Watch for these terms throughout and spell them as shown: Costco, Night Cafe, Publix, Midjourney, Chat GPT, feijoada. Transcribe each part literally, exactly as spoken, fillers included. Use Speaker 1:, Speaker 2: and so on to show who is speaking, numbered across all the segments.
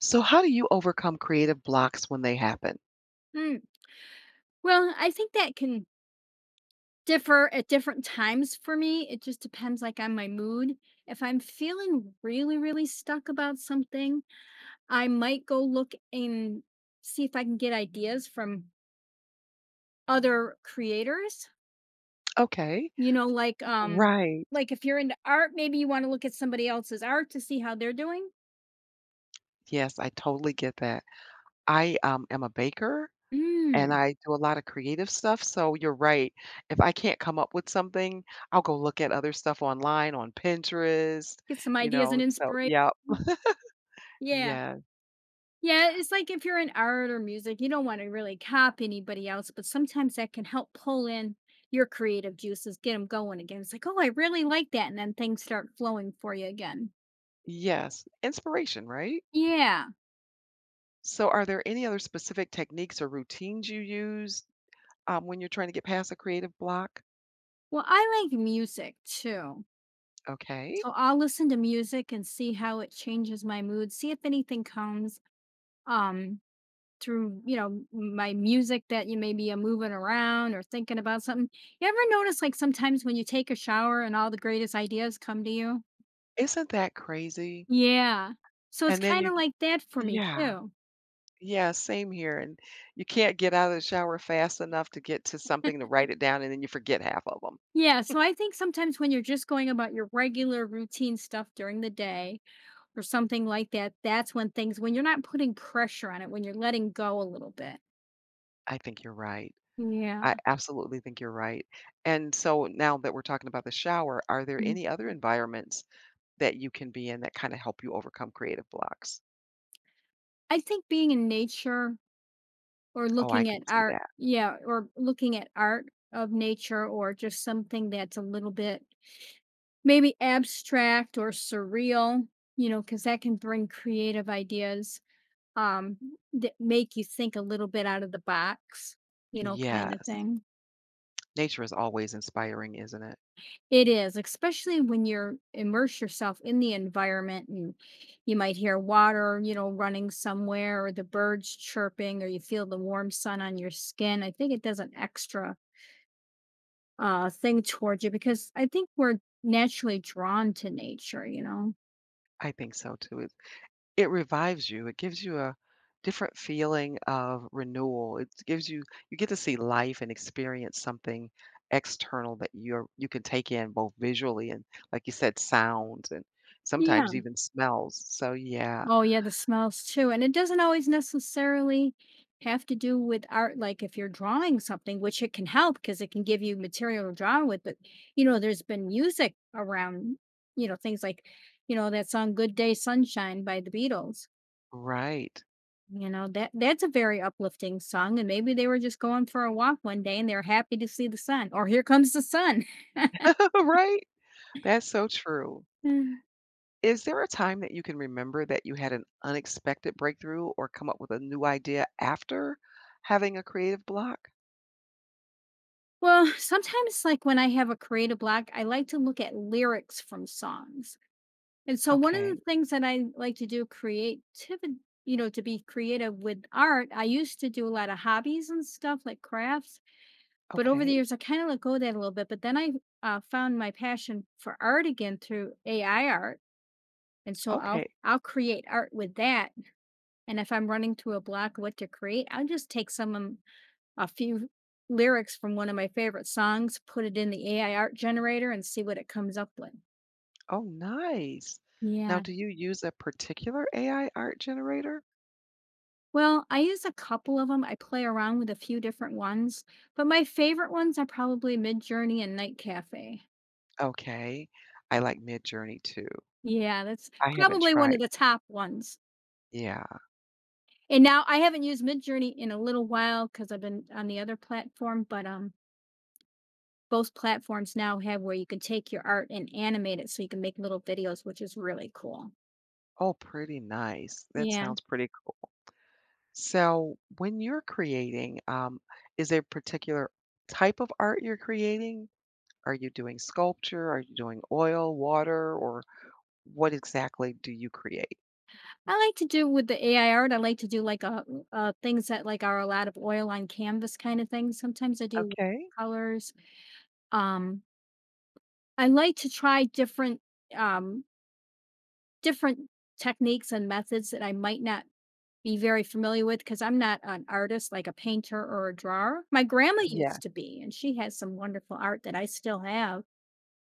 Speaker 1: So, how do you overcome creative blocks when they happen?
Speaker 2: Mm, well, I think that can differ at different times for me. It just depends, like, on my mood. If I'm feeling really, really stuck about something, I might go look and see if I can get ideas from other creators.
Speaker 1: Okay.
Speaker 2: You know, like, um,
Speaker 1: Right.
Speaker 2: like if you're into art, maybe you want to look at somebody else's art to see how they're doing.
Speaker 1: Yes, I totally get that. I um, am a baker and
Speaker 2: Mm,
Speaker 1: I do a lot of creative stuff. So, you're right. If I can't come up with something, I'll go look at other stuff online on Pinterest,
Speaker 2: get some
Speaker 1: you
Speaker 2: ideas
Speaker 1: know.
Speaker 2: and
Speaker 1: So,
Speaker 2: inspiration.
Speaker 1: yeah.
Speaker 2: Yeah.
Speaker 1: Yeah.
Speaker 2: Yeah, it's like if you're in art or music, you don't want to really copy anybody else, but sometimes that can help pull in your creative juices, get them going again. It's like, oh, I really like that. And then things start flowing for you again.
Speaker 1: Yes. Inspiration, right?
Speaker 2: Yeah.
Speaker 1: So, are there any other specific techniques or routines you use um, when you're trying to get past a creative block?
Speaker 2: Well, I like music too.
Speaker 1: Okay.
Speaker 2: So I'll listen to music and see how it changes my mood, see if anything comes um through, you know, my music that you maybe are moving around or thinking about something. You ever notice like sometimes when you take a shower and all the greatest ideas come to you?
Speaker 1: Isn't that crazy?
Speaker 2: Yeah. So it's
Speaker 1: And then
Speaker 2: kinda
Speaker 1: you
Speaker 2: like that for me
Speaker 1: Yeah.
Speaker 2: too.
Speaker 1: Yeah, same here, and you can't get out of the shower fast enough to get to something to write it down, and then you forget half of them.
Speaker 2: Yeah, so I think sometimes when you're just going about your regular routine stuff during the day or something like that, that's when things when you're not putting pressure on it, when you're letting go a little bit.
Speaker 1: I think you're right.
Speaker 2: Yeah.
Speaker 1: I absolutely think you're right, and so now that we're talking about the shower, are there
Speaker 2: Mhm.
Speaker 1: any other environments that you can be in that kinda help you overcome creative blocks?
Speaker 2: I think being in nature or
Speaker 1: Oh, I
Speaker 2: looking
Speaker 1: could
Speaker 2: at
Speaker 1: see
Speaker 2: art,
Speaker 1: that.
Speaker 2: yeah, or looking at art of nature or just something that's a little bit maybe abstract or surreal, you know, because that can bring creative ideas. um, that make you think a little bit out of the box, you know, kind of
Speaker 1: Yes.
Speaker 2: thing.
Speaker 1: Nature is always inspiring, isn't it?
Speaker 2: It is, especially when you're immerse yourself in the environment and you might hear water, you know, running somewhere or the birds chirping or you feel the warm sun on your skin. I think it does an extra uh thing towards you because I think we're naturally drawn to nature, you know.
Speaker 1: I think so too. It's It revives you. It gives you a different feeling of renewal. It gives you you get to see life and experience something external that you're you can take in both visually and, like you said, sounds and
Speaker 2: Yeah.
Speaker 1: sometimes even smells. So yeah,
Speaker 2: Oh yeah, the smells too. And it doesn't always necessarily have to do with art. Like if you're drawing something, which it can help because it can give you material to draw with. But you know, there's been music around, you know, things like, you know, that song Good Day Sunshine by the Beatles.
Speaker 1: right.
Speaker 2: You know, that that's a very uplifting song. And maybe they were just going for a walk one day and they're happy to see the sun. Or here comes the sun.
Speaker 1: Right? That's so true.
Speaker 2: Mm.
Speaker 1: Is there a time that you can remember that you had an unexpected breakthrough or come up with a new idea after having a creative block?
Speaker 2: Well, sometimes like when I have a creative block, I like to look at lyrics from songs. And so one of the
Speaker 1: Okay.
Speaker 2: things that I like to do creativity, you know, to be creative with art, I used to do a lot of hobbies and stuff like crafts, but over the
Speaker 1: Okay.
Speaker 2: years I kind of let go of that a little bit. But then I uh, found my passion for art again through A I art, and so I'll
Speaker 1: Okay.
Speaker 2: I'll create art with that. And if I'm running through a block, what to create, I'll just take some um, a few lyrics from one of my favorite songs, put it in the A I art generator, and see what it comes up with.
Speaker 1: Oh, nice. Now,
Speaker 2: Yeah.
Speaker 1: do you use a particular A I art generator?
Speaker 2: Well, I use a couple of them. I play around with a few different ones, but my favorite ones are probably Midjourney and Night Cafe.
Speaker 1: Okay. I like Midjourney too.
Speaker 2: Yeah, that's
Speaker 1: I haven't
Speaker 2: probably one of
Speaker 1: tried.
Speaker 2: the top ones.
Speaker 1: Yeah.
Speaker 2: And now I haven't used Midjourney in a little while because I've been on the other platform, but um, both platforms now have where you can take your art and animate it so you can make little videos, which is really cool.
Speaker 1: Oh, pretty nice. That
Speaker 2: Yeah,
Speaker 1: sounds pretty cool. So, when you're creating, um, is there a particular type of art you're creating? Are you doing sculpture? Are you doing oil, water, or what exactly do you create?
Speaker 2: I like to do with the A I art. I like to do like a, uh, things that like are a lot of oil on canvas kind of things. Sometimes I do
Speaker 1: Okay.
Speaker 2: colors. Um, I like to try different, um, different techniques and methods that I might not be very familiar with because 'cause I'm not an artist like a painter or a drawer. My grandma
Speaker 1: Yeah.
Speaker 2: used to be, and she has some wonderful art that I still have.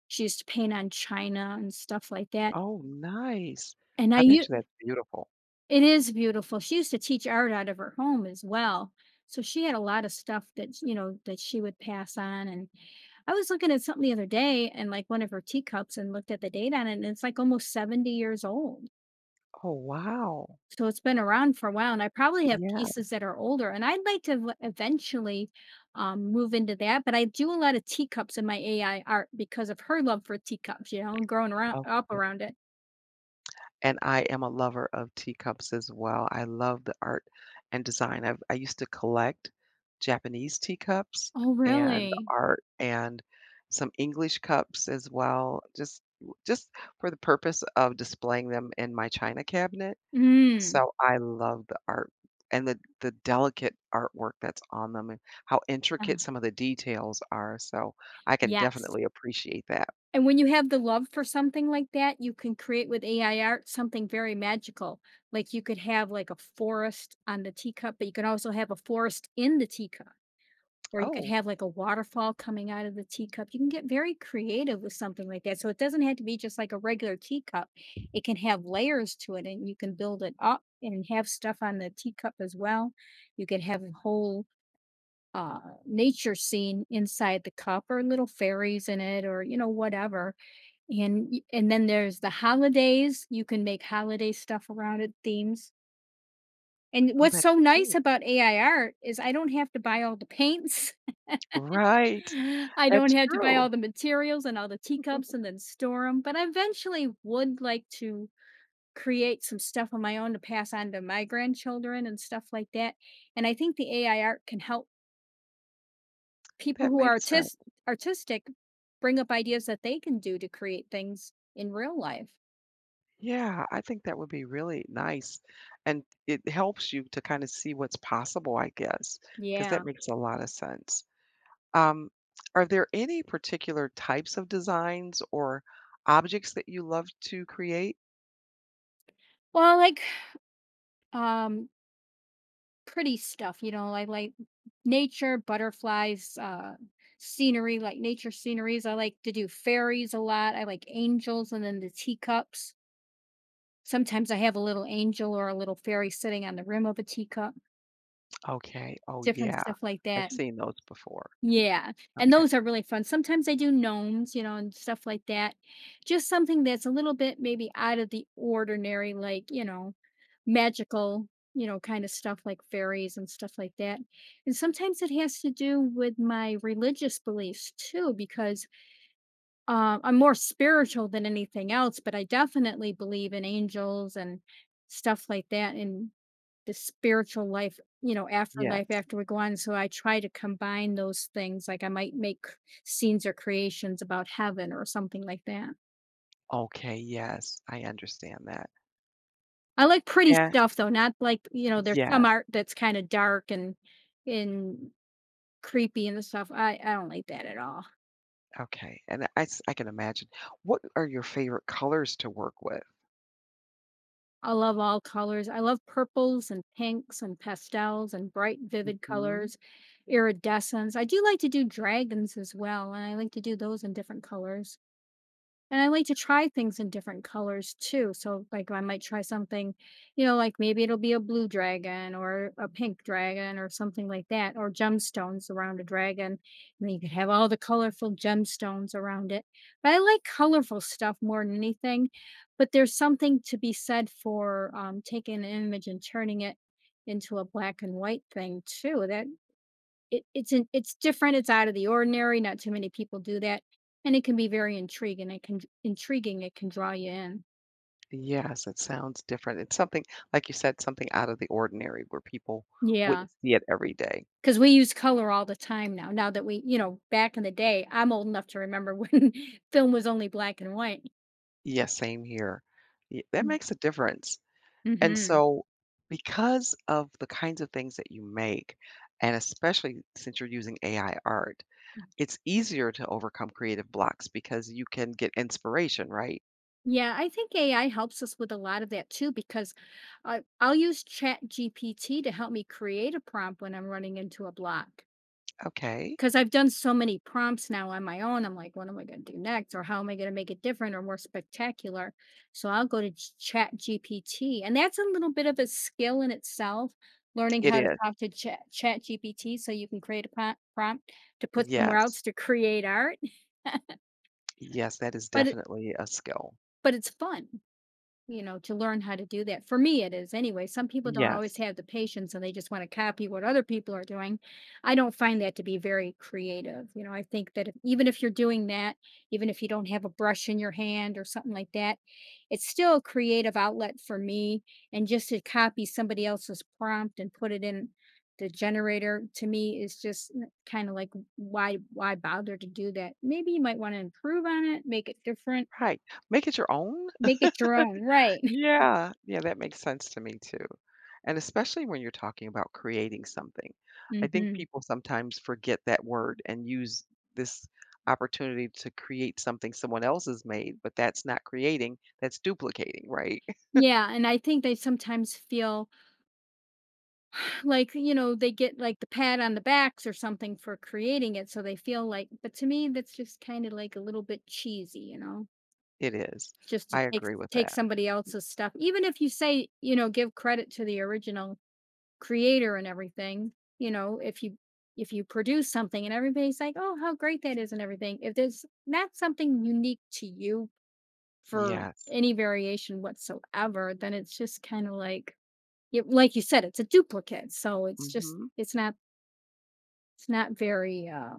Speaker 2: She used to paint on china and stuff like that,
Speaker 1: Oh, nice.
Speaker 2: and I
Speaker 1: I
Speaker 2: u
Speaker 1: bet you that's beautiful.
Speaker 2: It is beautiful. She used to teach art out of her home as well. So she had a lot of stuff that, you know, that she would pass on. And I was looking at something the other day and like one of her teacups and looked at the date on it, and it's like almost seventy years old.
Speaker 1: Oh, wow.
Speaker 2: So it's been around for a while. And I probably have
Speaker 1: Yeah.
Speaker 2: pieces that are older. And I'd like to v- eventually um, move into that. But I do a lot of teacups in my A I art because of her love for teacups, you know, and growing around up around it.
Speaker 1: And I am a lover of teacups as well. I love the art and design. I've I used to collect Japanese teacups
Speaker 2: Oh,
Speaker 1: and the
Speaker 2: really?
Speaker 1: art and some English cups as well, just just for the purpose of displaying them in my china cabinet.
Speaker 2: Mm.
Speaker 1: So I love the art and the the delicate artwork that's on them and how
Speaker 2: Uh,
Speaker 1: intricate some of the details are. So I can
Speaker 2: yes.
Speaker 1: definitely appreciate that.
Speaker 2: And when you have the love for something like that, you can create with A I art something very magical. Like you could have like a forest on the teacup, but you can also have a forest in the teacup, or you could
Speaker 1: Oh,
Speaker 2: have like a waterfall coming out of the teacup. You can get very creative with something like that. So it doesn't have to be just like a regular teacup, it can have layers to it and you can build it up and have stuff on the teacup as well. You could have a whole uh nature scene inside the cup or little fairies in it or you know whatever, and y and then there's the holidays, you can make holiday stuff around it, themes. And
Speaker 1: oh,
Speaker 2: what's so
Speaker 1: that's
Speaker 2: nice
Speaker 1: true.
Speaker 2: about A I art is I don't have to buy all the paints,
Speaker 1: Right.
Speaker 2: I don't
Speaker 1: That's
Speaker 2: have to buy
Speaker 1: true.
Speaker 2: all the materials and all the teacups and then store them. But I eventually would like to create some stuff on my own to pass on to my grandchildren and stuff like that, and I think the A I art can help people
Speaker 1: That
Speaker 2: who are
Speaker 1: makes sense.
Speaker 2: artis artistic bring up ideas that they can do to create things in real life.
Speaker 1: Yeah, I think that would be really nice, and it helps you to kinda see what's possible, I guess, because
Speaker 2: Yeah.
Speaker 1: that makes a lot of sense. Um, are there any particular types of designs or objects that you love to create?
Speaker 2: Well, like Um, pretty stuff, you know, I like nature, butterflies, uh, scenery, like nature sceneries. I like to do fairies a lot. I like angels and then the teacups. Sometimes I have a little angel or a little fairy sitting on the rim of a teacup,
Speaker 1: Okay. Oh,
Speaker 2: different
Speaker 1: yeah.
Speaker 2: stuff like
Speaker 1: I've
Speaker 2: that.
Speaker 1: seen those before.
Speaker 2: Yeah, and
Speaker 1: Okay.
Speaker 2: those are really fun. Sometimes I do gnomes, you know, and stuff like that. Just something that's a little bit maybe out of the ordinary, like, you know, magical, you know, kind of stuff like fairies and stuff like that. And sometimes it has to do with my religious beliefs too, because uh, I'm more spiritual than anything else, but I definitely believe in angels and stuff like that. And the spiritual life, you know, afterlife
Speaker 1: Yes.
Speaker 2: after we go on. So I try to combine those things. Like I might make scenes or creations about heaven or something like that.
Speaker 1: Okay, yes. I understand that.
Speaker 2: I like pretty
Speaker 1: Yeah.
Speaker 2: stuff though, not like, you know, there's
Speaker 1: Yeah.
Speaker 2: some art that's kind of dark and and creepy and stuff. I, I don't like that at all.
Speaker 1: Okay, and I s I can imagine. What are your favorite colors to work with?
Speaker 2: I love all colors. I love purples and pinks and pastels and bright, vivid
Speaker 1: Mhm.
Speaker 2: colors, iridescence. I do like to do dragons as well, and I like to do those in different colors. And I like to try things in different colors too. So, like, I might try something, you know, like maybe it'll be a blue dragon or a pink dragon or something like that, or gemstones around a dragon. And then you could have all the colorful gemstones around it. But I like colorful stuff more than anything. But there's something to be said for um, taking an image and turning it into a black and white thing too. That it it's an it's different, it's out of the ordinary, not too many people do that, and it can be very intriguing, it can intriguing, it can draw you in.
Speaker 1: Yes, it sounds different. It's something, like you said, something out of the ordinary where people
Speaker 2: Yeah,
Speaker 1: wouldn't see it every day.
Speaker 2: because we use color all the time now, now that we you know, back in the day, I'm old enough to remember when film was only black and white.
Speaker 1: Yes, same here. Y- That
Speaker 2: Mm,
Speaker 1: makes a difference. And
Speaker 2: mhm.
Speaker 1: so, because of the kinds of things that you make, and especially since you're using A I art, it's easier to overcome creative blocks because you can get inspiration, right?
Speaker 2: Yeah, I think A I helps us with a lot of that too because I I'll use Chat G P T to help me create a prompt when I'm running into a block.
Speaker 1: Okay,
Speaker 2: 'Cause I've done so many prompts now on my own, I'm like, "What am I gonna do next?" Or, "How am I gonna make it different or more spectacular?" So I'll go to Chat G P T, and that's a little bit of a skill in itself, learning
Speaker 1: it
Speaker 2: how to
Speaker 1: is.
Speaker 2: talk to Chat G P T, so you can create a pro prompt to put somewhere else
Speaker 1: Yes,
Speaker 2: to create art,
Speaker 1: yes, that is
Speaker 2: but it
Speaker 1: definitely a skill.
Speaker 2: but it's fun. You know, to learn how to do that. For me, it is anyway. Some people don't always
Speaker 1: Yes,
Speaker 2: have the patience and they just want to copy what other people are doing. I don't find that to be very creative. You know, I think that if, even if you're doing that, even if you don't have a brush in your hand or something like that, it's still a creative outlet for me. And just to copy somebody else's prompt and put it in the generator to me is just kind of like, why why bother to do that? Maybe you might want to improve on it, make it different,
Speaker 1: right. Make it your own.
Speaker 2: make it your own, right?
Speaker 1: Yeah, yeah, that makes sense to me too. And especially when you're talking about creating something. I think
Speaker 2: Hmm.
Speaker 1: people sometimes forget that word and use this opportunity to create something someone else has made, but that's not creating, that's duplicating, right?
Speaker 2: Yeah, and I think they sometimes feel like, you know, they get like the pat on the backs or something for creating it, so they feel like, but to me that's just kind of like a little bit cheesy, you know,
Speaker 1: It is.
Speaker 2: just to
Speaker 1: I
Speaker 2: take
Speaker 1: agree with
Speaker 2: take
Speaker 1: that.
Speaker 2: somebody else's stuff. Even if you say, you know, give credit to the original creator and everything, you know, if you if you produce something and everybody's like, "Oh, how great that is," and everything, if there's not something unique to you for
Speaker 1: Yes.
Speaker 2: any variation whatsoever, then it's just kind of like you, like you said, it's a duplicate, so it's just
Speaker 1: Mhm.
Speaker 2: it's not it's not very uh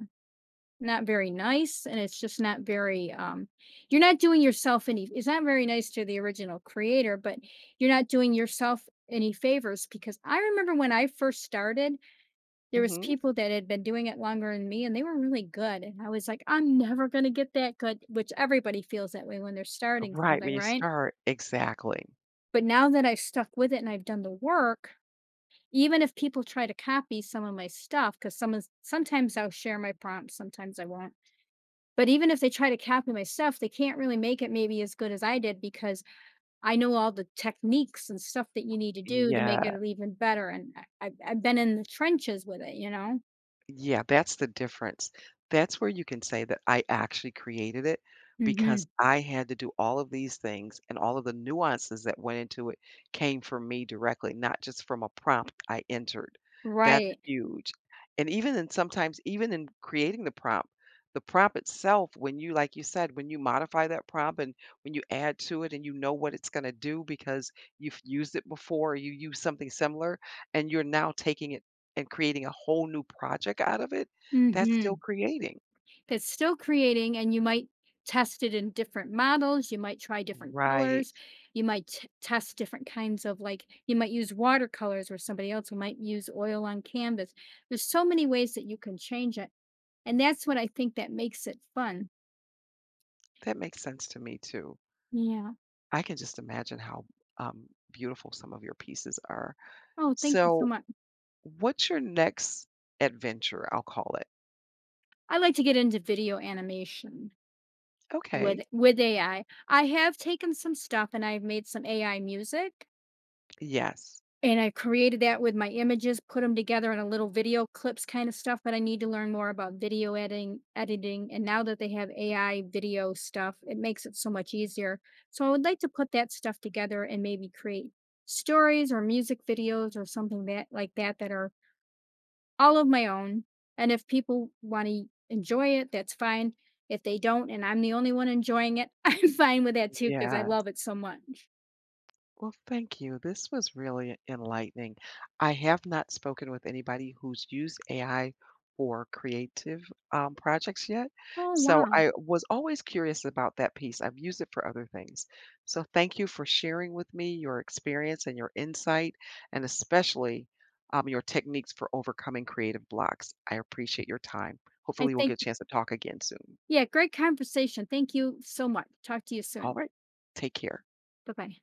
Speaker 2: not very nice, and it's just not very um you're not doing yourself any. It's not very nice to the original creator, but you're not doing yourself any favors because I remember when I first started, there was
Speaker 1: Mhm.
Speaker 2: people that had been doing it longer than me, and they were really good, and I was like, I'm never gonna get that good, which everybody feels that way when they're starting
Speaker 1: Right, when
Speaker 2: something,
Speaker 1: you
Speaker 2: right?
Speaker 1: start, exactly.
Speaker 2: But now that I've stuck with it and I've done the work, even if people try to copy some of my stuff, 'cause some is sometimes I'll share my prompts, sometimes I won't. But even if they try to copy my stuff, they can't really make it maybe as good as I did because I know all the techniques and stuff that you need to do to make it
Speaker 1: Yeah.
Speaker 2: even better, and I I've I've been in the trenches with it, you know?
Speaker 1: Yeah, that's the difference. That's where you can say that I actually created it because
Speaker 2: Mhm.
Speaker 1: I had to do all of these things and all of the nuances that went into it came from me directly, not just from a prompt I entered. That's
Speaker 2: Right.
Speaker 1: huge. And even in sometimes, even in creating the prompt, the prompt itself, when you, like you said, when you modify that prompt and when you add to it and you know what it's going to do because you've used it before, or you use something similar, and you're now taking it and creating a whole new project out of it, that's still
Speaker 2: Mhm.
Speaker 1: creating.
Speaker 2: It's still creating, and you might test it in different models. You might try different
Speaker 1: Right.
Speaker 2: colors. You might t- test different kinds of like, you might use watercolors or somebody else who might use oil on canvas. There's so many ways that you can change it. And that's what I think that makes it fun.
Speaker 1: That makes sense to me too.
Speaker 2: Yeah.
Speaker 1: I can just imagine how um, beautiful some of your pieces are.
Speaker 2: Oh, thank you so
Speaker 1: So,
Speaker 2: much.
Speaker 1: what's your next adventure? I'll call it.
Speaker 2: I like to get into video animation with
Speaker 1: Okay.
Speaker 2: with A I. I I have taken some stuff and I've made some A I music,
Speaker 1: Yes.
Speaker 2: and I created that with my images, put them together in a little video clips kind of stuff, but I need to learn more about video editing editing. And now that they have A I video stuff, it makes it so much easier. So I would like to put that stuff together and maybe create stories or music videos or something that like that that are all of my own. And if people want to enjoy it, that's fine. If they don't and I'm the only one enjoying it, I'm fine with that too because I
Speaker 1: Yeah.
Speaker 2: love it so much.
Speaker 1: Well, thank you. This was really enlightening. I have not spoken with anybody who's used A I for creative um, projects yet.
Speaker 2: Oh
Speaker 1: So
Speaker 2: wow.
Speaker 1: I was always curious about that piece. I've used it for other things. So thank you for sharing with me your experience and your insight, and especially um, your techniques for overcoming creative blocks. I appreciate your time.
Speaker 2: I
Speaker 1: Hopefully, we'll
Speaker 2: think
Speaker 1: get a chance to talk again soon.
Speaker 2: Yeah, great conversation. Thank you so much. Talk to you
Speaker 1: All
Speaker 2: soon.
Speaker 1: right. Take care.
Speaker 2: Bye bye.